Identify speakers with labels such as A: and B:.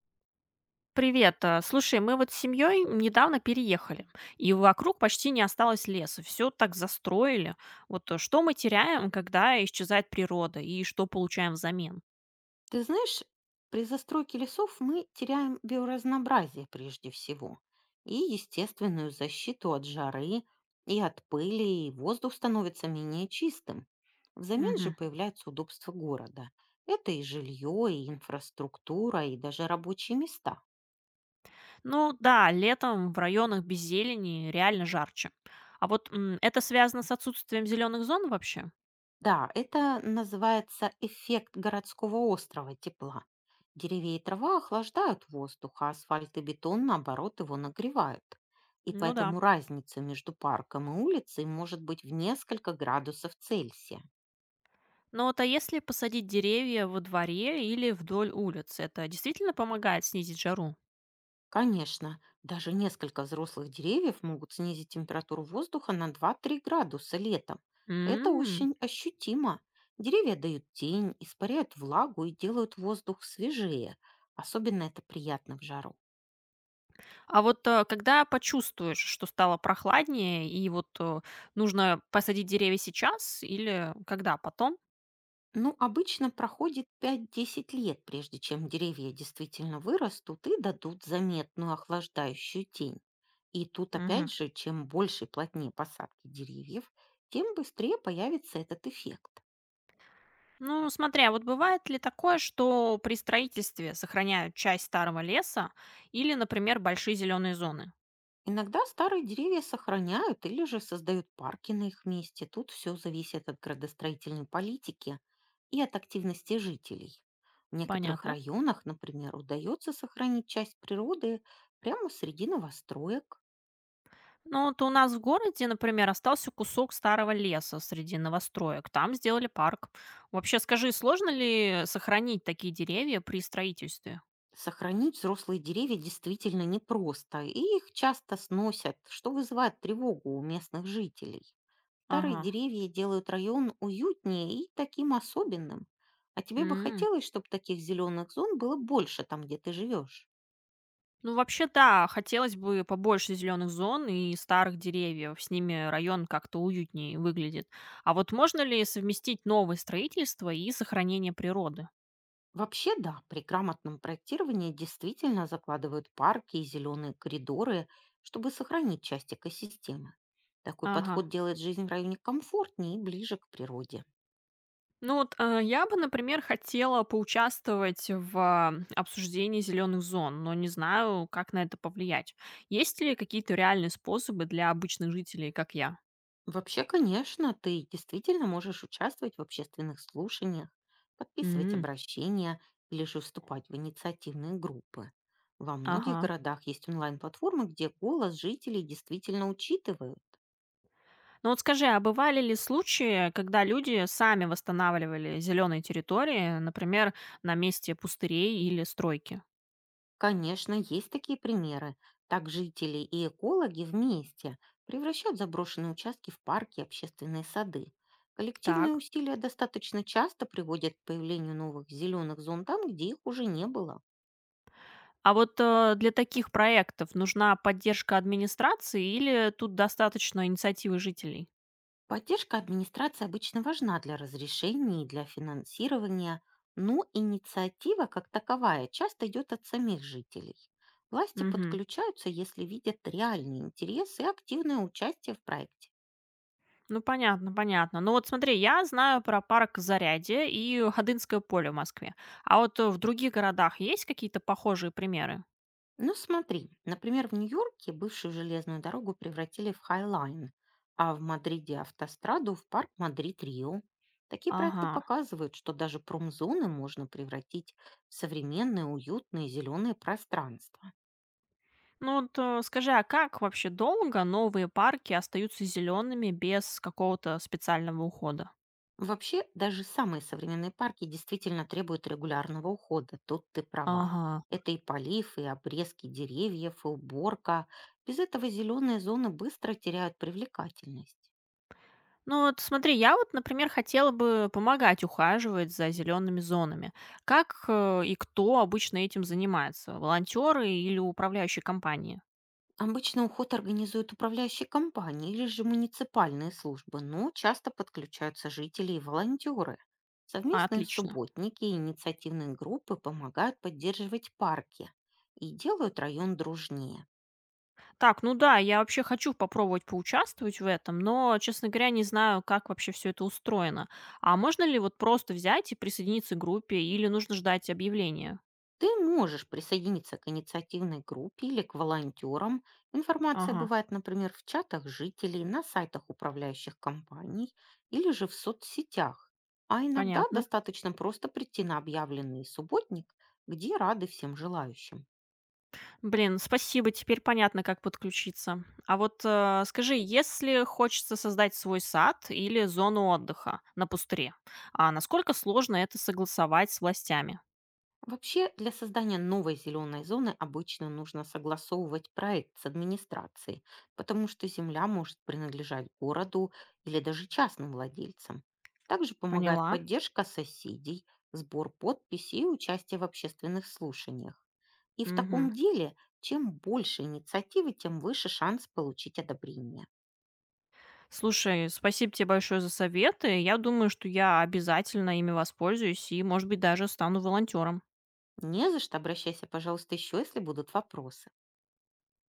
A: Привет. Слушай, мы вот с семьей недавно переехали, и вокруг почти не осталось леса. Все так застроили. Вот что мы теряем, когда исчезает природа, и что получаем взамен?
B: Ты знаешь, при застройке лесов мы теряем биоразнообразие прежде всего и естественную защиту от жары и от пыли, и воздух становится менее чистым. Взамен же
A: Мгм.
B: появляются удобства города. Это и жилье, и инфраструктура, и даже рабочие места.
A: Ну да, летом в районах без зелени реально жарче. А вот это связано с отсутствием зеленых зон вообще?
B: Да, это называется эффект городского острова тепла. Деревья и трава охлаждают воздух, а асфальт и бетон, наоборот, его нагревают. И
A: Ну да.
B: поэтому разница между парком и улицей может быть в несколько градусов Цельсия.
A: Но вот если посадить деревья во дворе или вдоль улиц, это действительно помогает снизить жару?
B: Конечно, даже несколько взрослых деревьев могут снизить температуру воздуха на два-три градуса летом. Это очень ощутимо. Деревья дают тень, испаряют влагу и делают воздух свежее. Особенно это приятно в жару.
A: А вот, когда почувствуешь, что стало прохладнее, и вот, нужно посадить деревья сейчас или когда? Потом?
B: Ну, обычно проходит пять-десять лет, прежде чем деревья действительно вырастут и дадут заметную охлаждающую тень. И тут опять
A: Мгм.
B: же, чем больше и плотнее посадки деревьев, тем быстрее появится этот эффект.
A: Ну, смотря, вот бывает ли такое, что при строительстве сохраняют часть старого леса или, например, большие зеленые зоны?
B: Иногда старые деревья сохраняют или же создают парки на их месте. Тут все зависит от градостроительной политики и от активности жителей. В некоторых
A: Понятно.
B: районах, например, удается сохранить часть природы прямо среди новостроек.
A: Ну, вот у нас в городе, например, остался кусок старого леса среди новостроек. Там сделали парк. Вообще, скажи, сложно ли сохранить такие деревья при строительстве?
B: Сохранить взрослые деревья действительно непросто, и их часто сносят, что вызывает тревогу у местных жителей. Старые
A: Ага.
B: деревья делают район уютнее и таким особенным. А тебе бы
A: М.
B: хотелось, чтобы таких зеленых зон было больше там, где ты живешь?
A: Ну, вообще, да, хотелось бы побольше зеленых зон и старых деревьев. С ними район как-то уютнее выглядит. А вот можно ли совместить новое строительство и сохранение природы?
B: Вообще, да, при грамотном проектировании действительно закладывают парки и зеленые коридоры, чтобы сохранить часть экосистемы. Такой
A: Ага.
B: подход делает жизнь в районе комфортнее и ближе к природе.
A: Ну вот я бы, например, хотела поучаствовать в обсуждении зеленых зон, но не знаю, как на это повлиять. Есть ли какие-то реальные способы для обычных жителей, как я?
B: Вообще, конечно, ты действительно можешь участвовать в общественных слушаниях, подписывать
A: М,
B: обращения или же вступать в инициативные группы. Во многих
A: Ага.
B: городах есть онлайн-платформы, где голос жителей действительно учитывают.
A: Ну вот скажи, а бывали ли случаи, когда люди сами восстанавливали зеленые территории, например, на месте пустырей или стройки?
B: Конечно, есть такие примеры. Так жители и экологи вместе превращают заброшенные участки в парки и общественные сады. Коллективные
A: Так.
B: усилия достаточно часто приводят к появлению новых зеленых зон там, где их уже не было.
A: А вот для таких проектов нужна поддержка администрации или тут достаточно инициативы жителей?
B: Поддержка администрации обычно важна для разрешений и для финансирования, но инициатива как таковая часто идет от самих жителей. Власти
A: Мгм.
B: подключаются, если видят реальный интерес и активное участие в проекте.
A: Ну, понятно, понятно. Ну вот смотри, я знаю про парк Зарядье и Ходынское поле в Москве. А вот в других городах есть какие-то похожие примеры?
B: Ну смотри, например, в Нью-Йорке бывшую железную дорогу превратили в Хайлайн, а в Мадриде автостраду в парк Мадрид-Рио. Такие проекты
A: Ага,
B: показывают, что даже промзоны можно превратить в современные, уютные, зеленые пространства.
A: ну вот, скажи, а как вообще долго новые парки остаются зелеными без какого-то специального ухода?
B: Вообще, даже самые современные парки действительно требуют регулярного ухода, тут ты права.
A: Ага.
B: Это и полив, и обрезки деревьев, и уборка. Без этого зеленые зоны быстро теряют привлекательность.
A: Ну вот смотри, я вот, например, хотела бы помогать ухаживать за зелеными зонами. Как и кто обычно этим занимается? Волонтеры или управляющие компании?
B: Обычно уход организуют управляющие компании или же муниципальные службы, но часто подключаются жители и волонтеры.
A: А,
B: Совместные
A: отлично.
B: субботники и инициативные группы помогают поддерживать парки и делают район дружнее.
A: Так, ну да, я вообще хочу попробовать поучаствовать в этом, но, честно говоря, не знаю, как вообще все это устроено. А можно ли вот просто взять и присоединиться к группе или нужно ждать объявления?
B: Ты можешь присоединиться к инициативной группе или к волонтерам. Информация
A: Ага.
B: бывает, например, в чатах жителей, на сайтах управляющих компаний или же в соцсетях. А иногда
A: Понятно.
B: достаточно просто прийти на объявленный субботник, где рады всем желающим.
A: Блин, спасибо, теперь понятно, как подключиться. А вот скажи, если хочется создать свой сад или зону отдыха на пустыре, а насколько сложно это согласовать с властями?
B: Вообще, для создания новой зеленой зоны обычно нужно согласовывать проект с администрацией, потому что земля может принадлежать городу или даже частным владельцам. Также помогает
A: Поняла.
B: поддержка соседей, сбор подписей и участие в общественных слушаниях. И в таком
A: Мгм.
B: деле, чем больше инициативы, тем выше шанс получить одобрение.
A: Слушай, спасибо тебе большое за советы. Я думаю, что я обязательно ими воспользуюсь и, может быть, даже стану волонтером.
B: Не за что, обращайся, пожалуйста, еще, если будут вопросы.